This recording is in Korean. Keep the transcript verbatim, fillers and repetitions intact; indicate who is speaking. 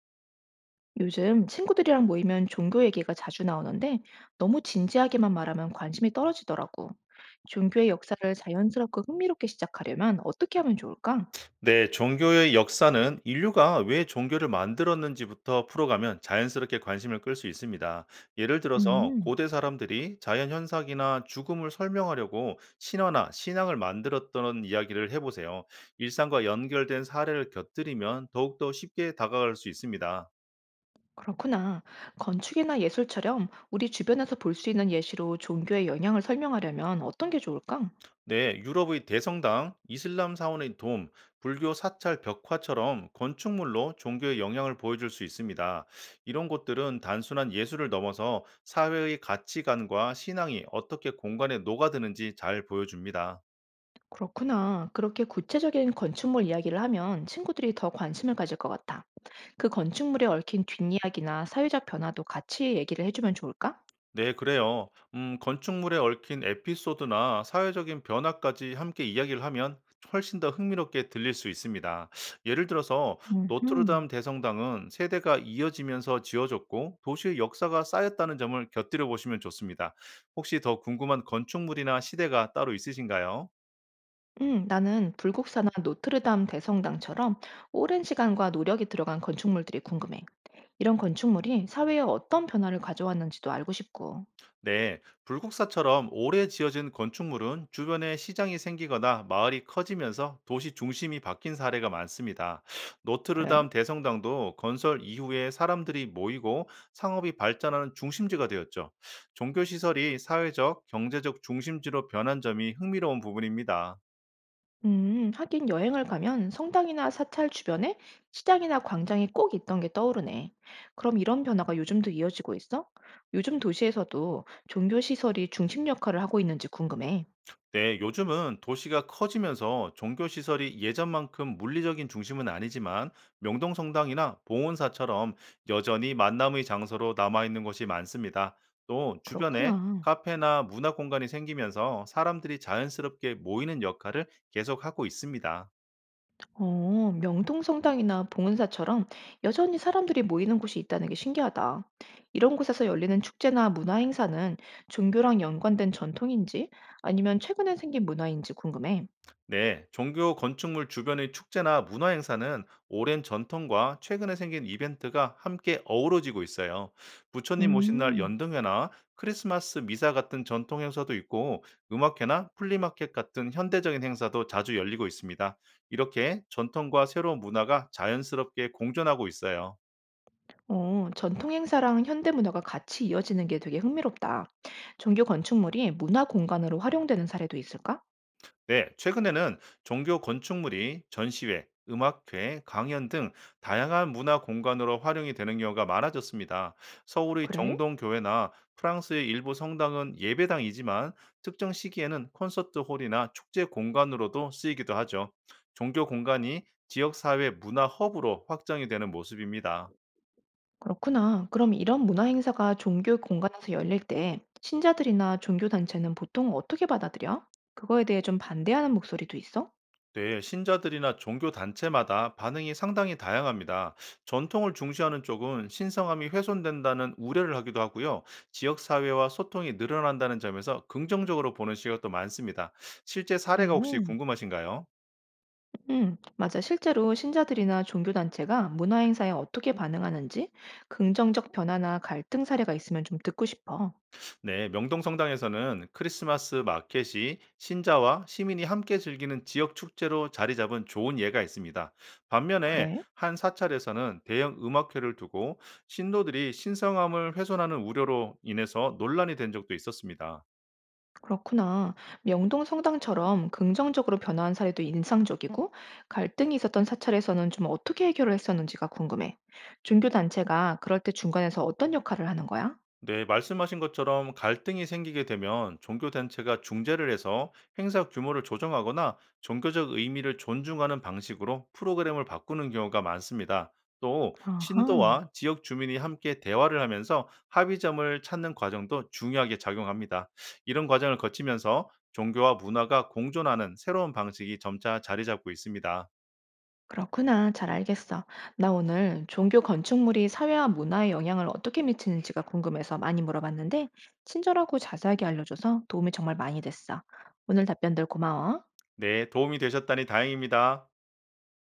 Speaker 1: 요즘 친구들이랑 모이면 종교 얘기가 자주 나오는데 너무 진지하게만 말하면 관심이 떨어지더라고. 종교의 역사를 자연스럽고 흥미롭게 시작하려면 어떻게 하면 좋을까?
Speaker 2: 네, 종교의 역사는 인류가 왜 종교를 만들었는지부터 풀어가면 자연스럽게 관심을 끌 수 있습니다. 예를 들어서
Speaker 1: 음,
Speaker 2: 고대 사람들이 자연 현상이나 죽음을 설명하려고 신화나 신앙을 만들었던 이야기를 해보세요. 일상과 연결된 사례를 곁들이면 더욱더 쉽게 다가갈 수 있습니다.
Speaker 1: 그렇구나. 건축이나 예술처럼 우리 주변에서 볼 수 있는 예시로 종교의 영향을 설명하려면 어떤 게 좋을까?
Speaker 2: 네, 유럽의 대성당, 이슬람 사원의 돔, 불교 사찰 벽화처럼 건축물로 종교의 영향을 보여줄 수 있습니다. 이런 곳들은 단순한 예술을 넘어서 사회의 가치관과 신앙이 어떻게 공간에 녹아드는지 잘 보여줍니다.
Speaker 1: 그렇구나. 그렇게 구체적인 건축물 이야기를 하면 친구들이 더 관심을 가질 것 같아. 그 건축물에 얽힌 뒷이야기나 사회적 변화도 같이 얘기를 해주면 좋을까?
Speaker 2: 네, 그래요. 음, 건축물에 얽힌 에피소드나 사회적인 변화까지 함께 이야기를 하면 훨씬 더 흥미롭게 들릴 수 있습니다. 예를 들어서
Speaker 1: 음.
Speaker 2: 노트르담 대성당은 세대가 이어지면서 지어졌고 도시의 역사가 쌓였다는 점을 곁들여 보시면 좋습니다. 혹시 더 궁금한 건축물이나 시대가 따로 있으신가요?
Speaker 1: 음, 나는 불국사나 노트르담 대성당처럼 오랜 시간과 노력이 들어간 건축물들이 궁금해. 이런 건축물이 사회에 어떤 변화를 가져왔는지도 알고 싶고.
Speaker 2: 네, 불국사처럼 오래 지어진 건축물은 주변에 시장이 생기거나 마을이 커지면서 도시 중심이 바뀐 사례가 많습니다.
Speaker 1: 그래?
Speaker 2: 노트르담 대성당도 건설 이후에 사람들이 모이고 상업이 발전하는 중심지가 되었죠. 종교시설이 사회적, 경제적 중심지로 변한 점이 흥미로운 부분입니다.
Speaker 1: 음, 하긴 여행을 가면 성당이나 사찰 주변에 시장이나 광장이 꼭 있던 게 떠오르네. 그럼 이런 변화가 요즘도 이어지고 있어? 요즘 도시에서도 종교시설이 중심 역할을 하고 있는지 궁금해.
Speaker 2: 네, 요즘은 도시가 커지면서 종교시설이 예전만큼 물리적인 중심은 아니지만 명동성당이나 봉온사처럼 여전히 만남의 장소로 남아있는 곳이 많습니다. 또 주변에
Speaker 1: 그렇구나.
Speaker 2: 카페나 문화 공간이 생기면서 사람들이 자연스럽게 모이는 역할을 계속하고 있습니다.
Speaker 1: 어, 명동성당이나 봉은사처럼 여전히 사람들이 모이는 곳이 있다는 게 신기하다. 이런 곳에서 열리는 축제나 문화 행사는 종교랑 연관된 전통인지 아니면 최근에 생긴 문화인지 궁금해.
Speaker 2: 네, 종교 건축물 주변의 축제나 문화 행사는 오랜 전통과 최근에 생긴 이벤트가 함께 어우러지고 있어요. 부처님 오신 날
Speaker 1: 음,
Speaker 2: 연등회나 크리스마스 미사 같은 전통 행사도 있고 음악회나 플리마켓 같은 현대적인 행사도 자주 열리고 있습니다. 이렇게 전통과 새로운 문화가 자연스럽게 공존하고 있어요.
Speaker 1: 어, 전통 행사랑 현대 문화가 같이 이어지는 게 되게 흥미롭다. 종교 건축물이 문화 공간으로 활용되는 사례도 있을까?
Speaker 2: 네, 최근에는 종교 건축물이 전시회, 음악회, 강연 등 다양한 문화 공간으로 활용이 되는 경우가 많아졌습니다. 서울의
Speaker 1: 그래?
Speaker 2: 정동교회나 프랑스의 일부 성당은 예배당이지만 특정 시기에는 콘서트 홀이나 축제 공간으로도 쓰이기도 하죠. 종교 공간이 지역 사회 문화 허브로 확장이 되는 모습입니다.
Speaker 1: 그렇구나. 그럼 이런 문화 행사가 종교 공간에서 열릴 때 신자들이나 종교 단체는 보통 어떻게 받아들여? 그거에 대해 좀 반대하는 목소리도 있어?
Speaker 2: 네, 신자들이나 종교 단체마다 반응이 상당히 다양합니다. 전통을 중시하는 쪽은 신성함이 훼손된다는 우려를 하기도 하고요. 지역 사회와 소통이 늘어난다는 점에서 긍정적으로 보는 시각도 많습니다. 실제
Speaker 1: 그래.
Speaker 2: 사례가 혹시 궁금하신가요?
Speaker 1: 응, 맞아. 실제로 신자들이나 종교 단체가 문화 행사에 어떻게 반응하는지 긍정적 변화나 갈등 사례가 있으면 좀 듣고 싶어.
Speaker 2: 네, 명동성당에서는 크리스마스 마켓이 신자와 시민이 함께 즐기는 지역 축제로 자리 잡은 좋은 예가 있습니다. 반면에
Speaker 1: 그래.
Speaker 2: 한 사찰에서는 대형 음악회를 두고 신도들이 신성함을 훼손하는 우려로 인해서 논란이 된 적도 있었습니다.
Speaker 1: 그렇구나. 명동 성당처럼 긍정적으로 변화한 사례도 인상적이고, 갈등이 있었던 사찰에서는 좀 어떻게 해결을 했었는지가 궁금해. 종교단체가 그럴 때 중간에서 어떤 역할을 하는 거야?
Speaker 2: 네, 말씀하신 것처럼 갈등이 생기게 되면 종교단체가 중재를 해서 행사 규모를 조정하거나 종교적 의미를 존중하는 방식으로 프로그램을 바꾸는 경우가 많습니다. 또,
Speaker 1: 아하.
Speaker 2: 신도와 지역 주민이 함께 대화를 하면서 합의점을 찾는 과정도 중요하게 작용합니다. 이런 과정을 거치면서 종교와 문화가 공존하는 새로운 방식이 점차 자리 잡고 있습니다.
Speaker 1: 그렇구나. 잘 알겠어. 나 오늘 종교 건축물이 사회와 문화에 영향을 어떻게 미치는지가 궁금해서 많이 물어봤는데, 친절하고 자세하게 알려줘서 도움이 정말 많이 됐어. 오늘 답변들 고마워.
Speaker 2: 네, 도움이 되셨다니 다행입니다.